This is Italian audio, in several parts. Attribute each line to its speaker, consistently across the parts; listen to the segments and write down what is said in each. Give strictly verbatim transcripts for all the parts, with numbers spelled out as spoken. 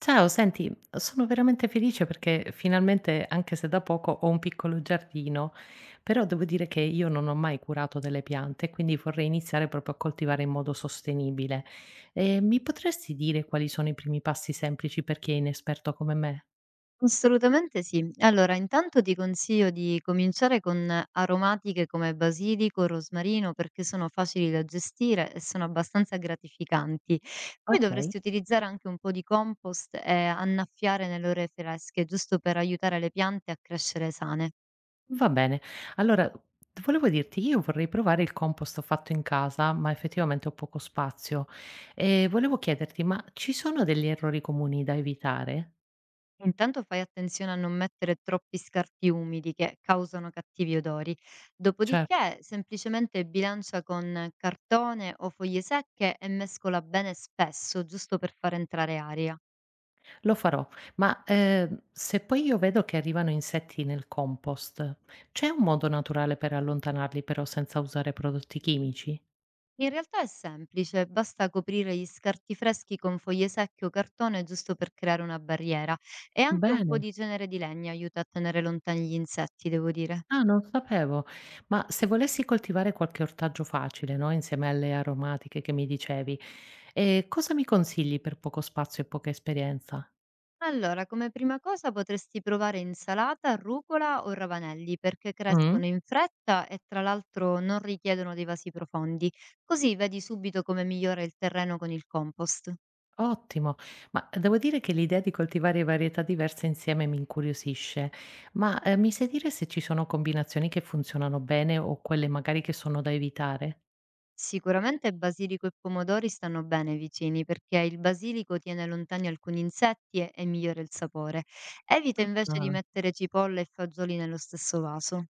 Speaker 1: Ciao, senti, sono veramente felice perché finalmente, anche se da poco, ho un piccolo giardino, però devo dire che io non ho mai curato delle piante, quindi vorrei iniziare proprio a coltivare in modo sostenibile. Eh, mi potresti dire quali sono i primi passi semplici per chi è inesperto come me?
Speaker 2: Assolutamente sì. Allora, intanto ti consiglio di cominciare con aromatiche come basilico, rosmarino, perché sono facili da gestire e sono abbastanza gratificanti. Poi
Speaker 1: Ok,
Speaker 2: dovresti utilizzare anche un po' di compost e annaffiare nelle ore fresche, giusto per aiutare le piante a crescere sane.
Speaker 1: va bene, allora volevo dirti, io vorrei provare il compost fatto in casa, ma effettivamente ho poco spazio e volevo chiederti, ma ci sono degli errori comuni da evitare?
Speaker 2: Intanto fai attenzione a non mettere troppi scarti umidi che causano cattivi odori.
Speaker 1: Cioè,
Speaker 2: Dopodiché, semplicemente bilancia con cartone o foglie secche e mescola bene spesso, giusto per far entrare aria.
Speaker 1: lo farò, ma, ehm, se poi io vedo che arrivano insetti nel compost, c'è un modo naturale per allontanarli però senza usare prodotti chimici?
Speaker 2: In realtà è semplice, basta coprire gli scarti freschi con foglie secche o cartone giusto per creare una barriera e anche un po'
Speaker 1: Bene.
Speaker 2: di cenere di legna aiuta a tenere lontani gli insetti, devo dire.
Speaker 1: Ah, non sapevo. Ma se volessi coltivare qualche ortaggio facile, no, insieme alle aromatiche che mi dicevi, ehm, cosa mi consigli per poco spazio e poca esperienza?
Speaker 2: Allora, come prima cosa potresti provare insalata, rucola o ravanelli perché
Speaker 1: Mh?
Speaker 2: crescono in fretta e tra l'altro non richiedono dei vasi profondi, così vedi subito come migliora il terreno con il compost.
Speaker 1: Ottimo, ma eh, devo dire che l'idea di coltivare varietà diverse insieme mi incuriosisce, ma eh, mi sai dire se ci sono combinazioni che funzionano bene o quelle magari che sono da evitare?
Speaker 2: Sicuramente basilico e pomodori stanno bene vicini perché il basilico tiene lontani alcuni insetti e, e migliora il sapore. Evita invece di
Speaker 1: Ah,
Speaker 2: mettere cipolle e fagioli nello stesso vaso.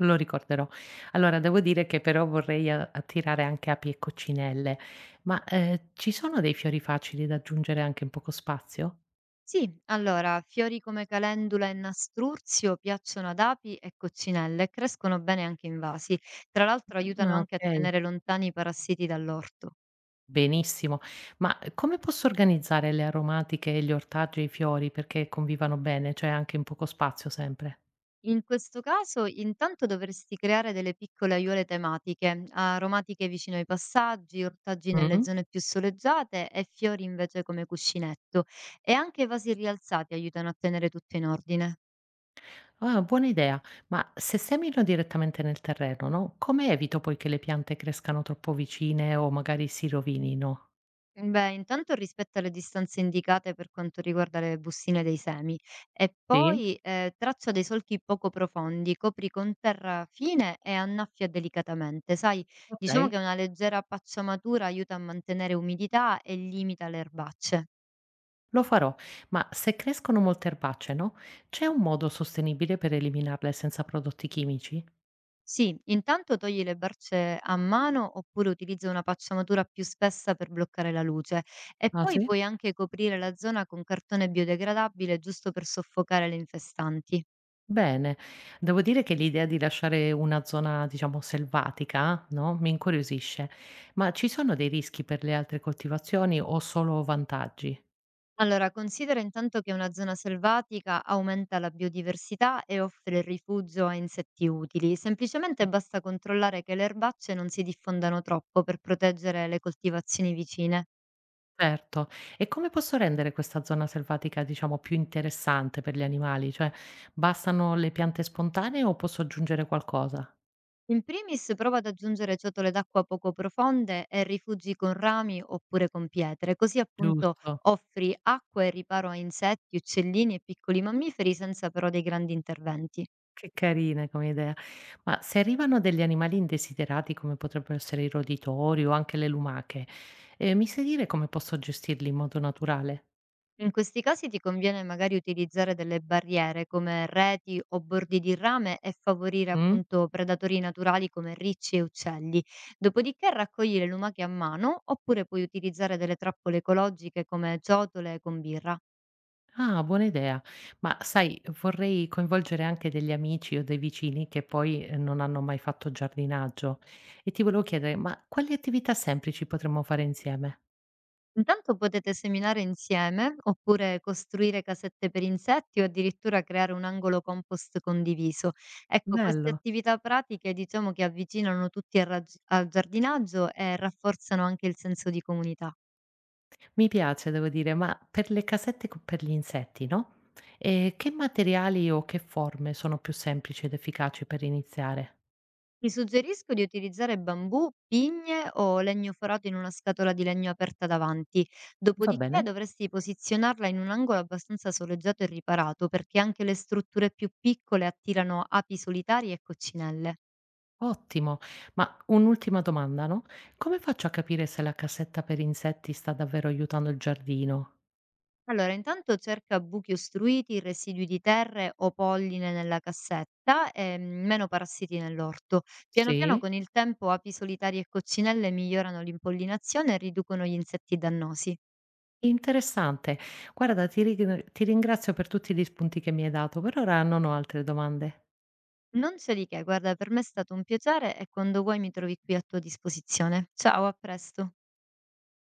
Speaker 1: lo ricorderò. Allora, devo dire che però vorrei a- attirare anche api e coccinelle, ma eh, ci sono dei fiori facili da aggiungere anche in poco spazio?
Speaker 2: Sì, allora, fiori come calendula e nastruzio piacciono ad api e coccinelle e crescono bene anche in vasi. Tra l'altro aiutano
Speaker 1: Ah,
Speaker 2: anche a
Speaker 1: ok.
Speaker 2: tenere lontani i parassiti dall'orto.
Speaker 1: Benissimo, ma come posso organizzare le aromatiche, gli ortaggi e i fiori perché convivano bene, cioè anche in poco spazio sempre?
Speaker 2: In questo caso, intanto dovresti creare delle piccole aiuole tematiche, aromatiche vicino ai passaggi, ortaggi nelle
Speaker 1: Mh.
Speaker 2: zone più soleggiate e fiori invece come cuscinetto. E anche i vasi rialzati aiutano a tenere tutto in ordine.
Speaker 1: Ah, buona idea. Ma se semino direttamente nel terreno, no, come evito poi che le piante crescano troppo vicine o magari si rovinino?
Speaker 2: Beh, intanto rispetta le distanze indicate per quanto riguarda le bustine dei semi e
Speaker 1: Sì?
Speaker 2: poi eh, traccia dei solchi poco profondi, copri con terra fine e annaffia delicatamente. Sai, diciamo
Speaker 1: Okay,
Speaker 2: che una leggera pacciamatura aiuta a mantenere umidità e limita le erbacce.
Speaker 1: lo farò. Ma se crescono molte erbacee, no, c'è un modo sostenibile per eliminarle senza prodotti chimici?
Speaker 2: Sì, intanto togli le barce a mano oppure utilizza una pacciamatura più spessa per bloccare la luce e
Speaker 1: Ah,
Speaker 2: poi
Speaker 1: sì?
Speaker 2: puoi anche coprire la zona con cartone biodegradabile giusto per soffocare le infestanti.
Speaker 1: Bene. Devo dire che l'idea di lasciare una zona, diciamo, selvatica, no, mi incuriosisce. Ma ci sono dei rischi per le altre coltivazioni o solo vantaggi?
Speaker 2: Allora, considera intanto che una zona selvatica aumenta la biodiversità e offre rifugio a insetti utili. Semplicemente basta controllare che le erbacce non si diffondano troppo per proteggere le coltivazioni vicine.
Speaker 1: Certo. E come posso rendere questa zona selvatica, diciamo, più interessante per gli animali? Cioè, bastano le piante spontanee o posso aggiungere qualcosa?
Speaker 2: In primis, prova ad aggiungere ciotole d'acqua poco profonde e rifugi con rami oppure con pietre, così appunto
Speaker 1: Giusto.
Speaker 2: offri acqua e riparo a insetti, uccellini e piccoli mammiferi senza però dei grandi interventi.
Speaker 1: Che carine come idea. Ma se arrivano degli animali indesiderati, come potrebbero essere i roditori o anche le lumache, eh, mi sai dire come posso gestirli in modo naturale?
Speaker 2: In questi casi ti conviene magari utilizzare delle barriere come reti o bordi di rame e favorire
Speaker 1: Mm?
Speaker 2: appunto predatori naturali come ricci e uccelli. Dopodiché raccogliere lumache a mano oppure puoi utilizzare delle trappole ecologiche come ciotole con birra.
Speaker 1: Ah, buona idea. Ma sai, vorrei coinvolgere anche degli amici o dei vicini che poi eh, non hanno mai fatto giardinaggio. E ti volevo chiedere, ma quali attività semplici potremmo fare insieme?
Speaker 2: Intanto potete seminare insieme oppure costruire casette per insetti o addirittura creare un angolo compost condiviso. Ecco, queste
Speaker 1: Bello,
Speaker 2: attività pratiche diciamo che avvicinano tutti al raggi- al giardinaggio e rafforzano anche il senso di comunità.
Speaker 1: mi piace, devo dire, ma per le casette co- per gli insetti, no? E che materiali o che forme sono più semplici ed efficaci per iniziare?
Speaker 2: Ti suggerisco di utilizzare bambù, pigne o legno forato in una scatola di legno aperta davanti,
Speaker 1: Va
Speaker 2: dopodiché
Speaker 1: bene?
Speaker 2: dovresti posizionarla in un angolo abbastanza soleggiato e riparato perché anche le strutture più piccole attirano api solitarie e coccinelle.
Speaker 1: Ottimo. Ma un'ultima domanda, no? Come faccio a capire se la cassetta per insetti sta davvero aiutando il giardino?
Speaker 2: Allora, intanto cerca buchi ostruiti, residui di terre o polline nella cassetta e mm, meno parassiti nell'orto. Piano piano
Speaker 1: Sì?
Speaker 2: con il tempo api solitarie e coccinelle migliorano l'impollinazione e riducono gli insetti dannosi.
Speaker 1: Interessante. Guarda, ti ring ti ringrazio per tutti gli spunti che mi hai dato. Per ora non ho altre domande.
Speaker 2: Non c'è di che, guarda, per me è stato un piacere e quando vuoi mi trovi qui a tua disposizione. Ciao, a presto.